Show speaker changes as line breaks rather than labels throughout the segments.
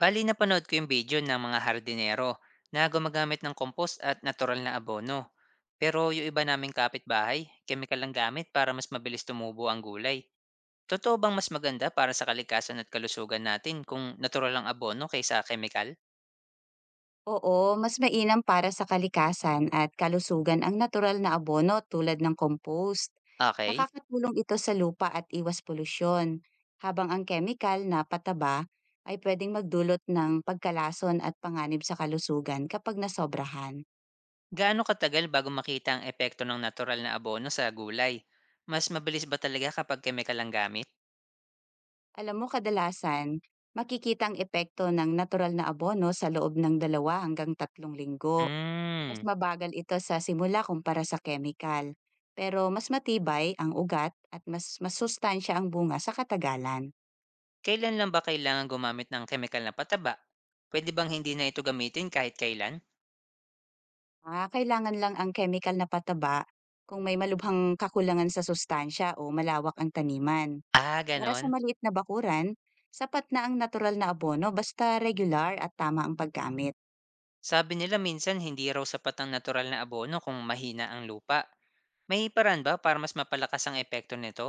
Bali napanood ko yung video ng mga hardinero na gumagamit ng compost at natural na abono. Pero yung iba naming kapitbahay, chemical lang gamit para mas mabilis tumubo ang gulay. Totoo bang mas maganda para sa kalikasan at kalusugan natin kung natural ang abono kaysa chemical?
Oo, mas mainam para sa kalikasan at kalusugan ang natural na abono tulad ng compost.
Okay.
Nakakatulong ito sa lupa at iwas polusyon, habang ang chemical na pataba ay pwedeng magdulot ng pagkalason at panganib sa kalusugan kapag nasobrahan.
Gaano katagal bago makita ang epekto ng natural na abono sa gulay? Mas mabilis ba talaga kapag chemical ang gamit?
Alam mo, kadalasan, makikita ang epekto ng natural na abono sa loob ng dalawa hanggang tatlong linggo. Mas
Hmm.
mabagal ito sa simula kumpara sa chemical, pero mas matibay ang ugat at mas masustansya ang bunga sa katagalan.
Kailan lang ba kailangan gumamit ng chemical na pataba? Pwede bang hindi na ito gamitin kahit kailan?
Ah, kailangan lang ang chemical na pataba kung may malubhang kakulangan sa sustansya o malawak ang taniman.
Ah,
Para sa
gano'n.
maliit na bakuran, sapat na ang natural na abono basta regular at tama ang paggamit.
Sabi nila minsan hindi raw sapat ang natural na abono kung mahina ang lupa. May paraan ba para mas mapalakas ang epekto nito?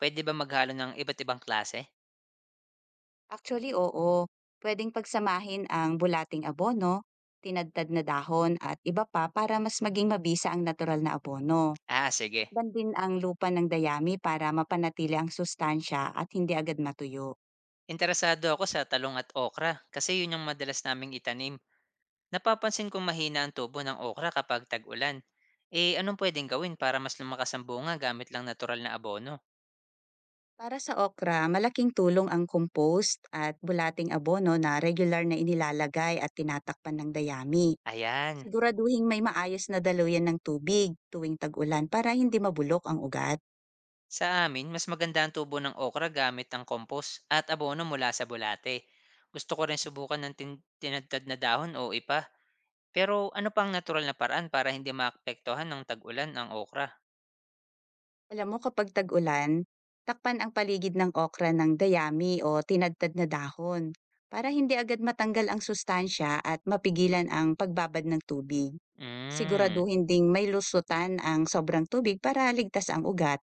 Pwede ba maghalo ng iba't ibang klase?
Actually, oo, pwedeng pagsamahin ang bulating abono, tinadtad na dahon at iba pa para mas maging mabisa ang natural na abono.
Ah, sige.
Takpan din ang lupa ng dayami para mapanatili ang sustansya at hindi agad matuyo.
Interesado ako sa talong at okra kasi yun yung madalas naming itanim. Napapansin kong mahina ang tubo ng okra kapag tag-ulan. Eh, anong pwedeng gawin para mas lumakas ang bunga gamit lang natural na abono?
Para sa okra, malaking tulong ang compost at bulating abono na regular na inilalagay at tinatakpan ng dayami.
Ayan.
Siguraduhin may maayos na daluyan ng tubig tuwing tag-ulan para hindi mabulok ang ugat.
Sa amin, mas maganda ang tubo ng okra gamit ang compost at abono mula sa bulate. Gusto ko rin subukan ng tinadtad na dahon o ipa. Pero ano pang natural na paraan para hindi maapektuhan ng tag-ulan ang okra?
Alam mo, kapag tag-ulan, takpan ang paligid ng okra ng dayami o tinadtad na dahon para hindi agad matanggal ang sustansya at mapigilan ang pagbabad ng tubig.
Mm.
Siguraduhin ding may lusutan ang sobrang tubig para ligtas ang ugat.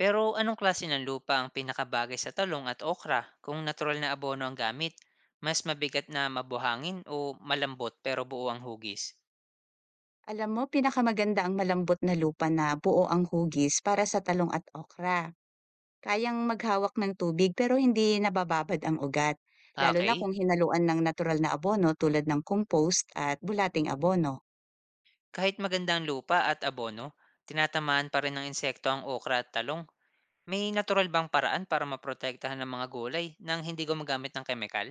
Pero anong klase ng lupa ang pinakabagay sa talong at okra kung natural na abono ang gamit? Mas mabigat na mabuhangin o malambot pero buo ang hugis?
Alam mo, pinakamaganda ang malambot na lupa na buo ang hugis para sa talong at okra. Kayang maghawak ng tubig pero hindi nabababad ang ugat, lalo na
Okay,
kung hinaluan ng natural na abono tulad ng compost at bulating abono.
kahit magandang lupa at abono, tinatamaan pa rin ng insekto ang okra at talong. May natural bang paraan para maprotektahan ng mga gulay nang hindi gumagamit ng kemikal?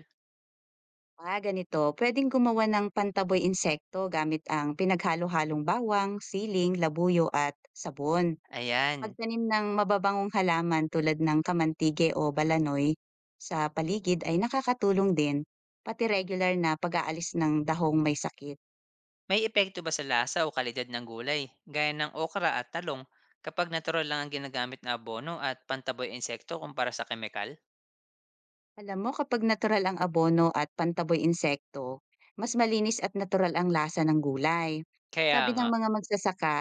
Ah, ganito, pwedeng gumawa ng pantaboy insekto gamit ang pinaghalo-halong bawang, siling, labuyo at sabon.
Ayan.
Pagtanim ng mababangong halaman tulad ng kamantige o balanoy sa paligid ay nakakatulong din, pati regular na pag-aalis ng dahong may sakit.
May epekto ba sa lasa o kalidad ng gulay, gaya ng okra at talong, kapag natural lang ang ginagamit na abono at pantaboy insekto kumpara sa kemikal?
Alam mo, kapag natural ang abono at pantaboy insekto, mas malinis at natural ang lasa ng gulay.
Kaya
Sabi
nga.
ng mga magsasaka,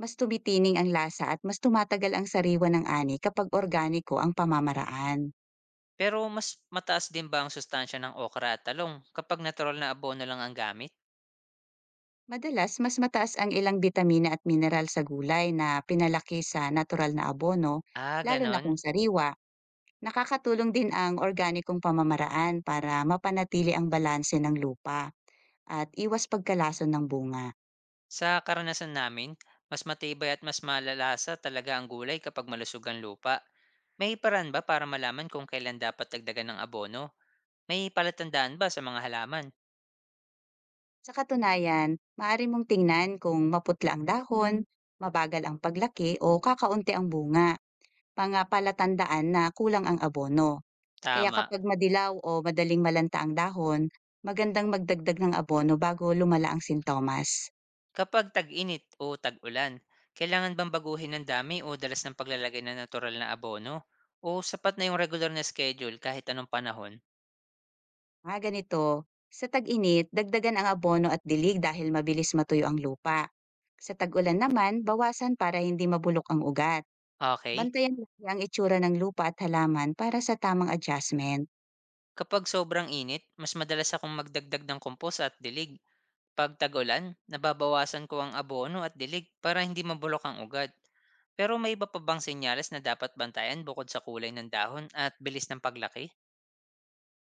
mas tumitining ang lasa at mas tumatagal ang sariwa ng ani kapag organiko ang pamamaraan.
Pero mas mataas din ba ang sustansya ng okra at talong kapag natural na abono lang ang gamit?
Madalas, mas mataas ang ilang bitamina at mineral sa gulay na pinalaki sa natural na abono,
Ah,
lalo na kung
ganon.
sariwa. Nakakatulong din ang organikong pamamaraan para mapanatili ang balanse ng lupa at iwas pagkalason ng bunga.
Sa karanasan namin, mas matibay at mas malalasa talaga ang gulay kapag malusog ang lupa. May paraan ba para malaman kung kailan dapat dagdagan ng abono? May palatandaan ba sa mga halaman?
Sa katunayan, maaari mong tingnan kung maputla ang dahon, mabagal ang paglaki o kakaunti ang bunga, mga palatandaan na kulang ang abono. Kaya
Tama.
kapag madilaw o madaling malanta ang dahon, magandang magdagdag ng abono bago lumala ang sintomas.
Kapag tag-init o tag-ulan, kailangan bang baguhin ang dami o dalas ng paglalagay ng natural na abono? O sapat na yung regular na schedule kahit anong panahon?
Mga ganito, sa tag-init, dagdagan ang abono at dilig dahil mabilis matuyo ang lupa. Sa tag-ulan naman, bawasan para hindi mabulok ang ugat.
Okay.
Bantayan lagi ang itsura ng lupa at halaman para sa tamang adjustment.
Kapag sobrang init, mas madalas akong magdagdag ng compost at dilig. Pag tag-ulan, nababawasan ko ang abono at dilig para hindi mabulok ang ugat. Pero may iba pa bang senyales na dapat bantayan bukod sa kulay ng dahon at bilis ng paglaki?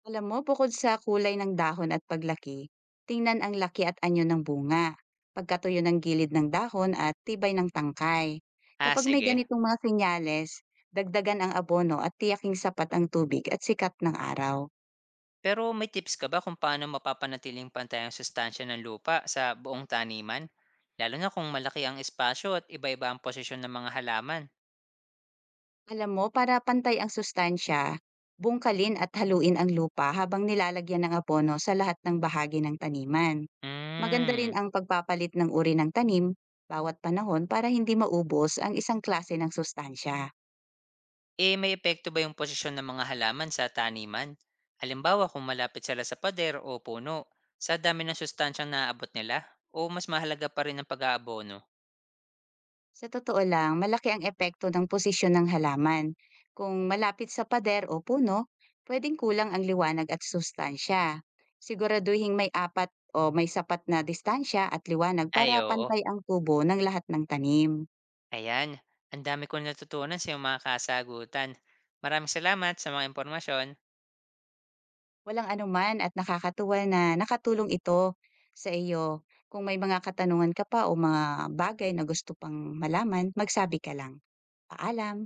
Alam mo, bukod sa kulay ng dahon at paglaki, tingnan ang laki at anyo ng bunga, pagkatuyo ng gilid ng dahon at tibay ng tangkay.
Ah,
Kapag may
sige.
ganitong mga senyales, dagdagan ang abono at tiyaking sapat ang tubig at sikat ng araw.
Pero may tips ka ba kung paano mapapanatiling pantay ang sustansya ng lupa sa buong taniman? Lalo na kung malaki ang espasyo at iba-iba ang posisyon ng mga halaman.
Alam mo, para pantay ang sustansya, bungkalin at haluin ang lupa habang nilalagyan ng abono sa lahat ng bahagi ng taniman. Maganda
Hmm.
rin ang pagpapalit ng uri ng tanim bawat panahon para hindi maubos ang isang klase ng sustansya.
Eh, may epekto ba yung posisyon ng mga halaman sa taniman? Halimbawa kung malapit sila sa pader o puno, sa dami ng sustansyang naaabot nila o mas mahalaga pa rin ang pag-aabono?
Sa totoo lang, malaki ang epekto ng posisyon ng halaman. Kung malapit sa pader o puno, pwedeng kulang ang liwanag at sustansya. Siguraduhin may apat o may sapat na distansya at liwanag
Ay
para
oo,
pantay ang tubo ng lahat ng tanim.
ayan, ang dami kong natutunan sa iyong mga kasagutan. Maraming salamat sa mga impormasyon.
Walang anuman at nakakatuwa na nakatulong ito sa iyo. Kung may mga katanungan ka pa o mga bagay na gusto pang malaman, magsabi ka lang. Paalam!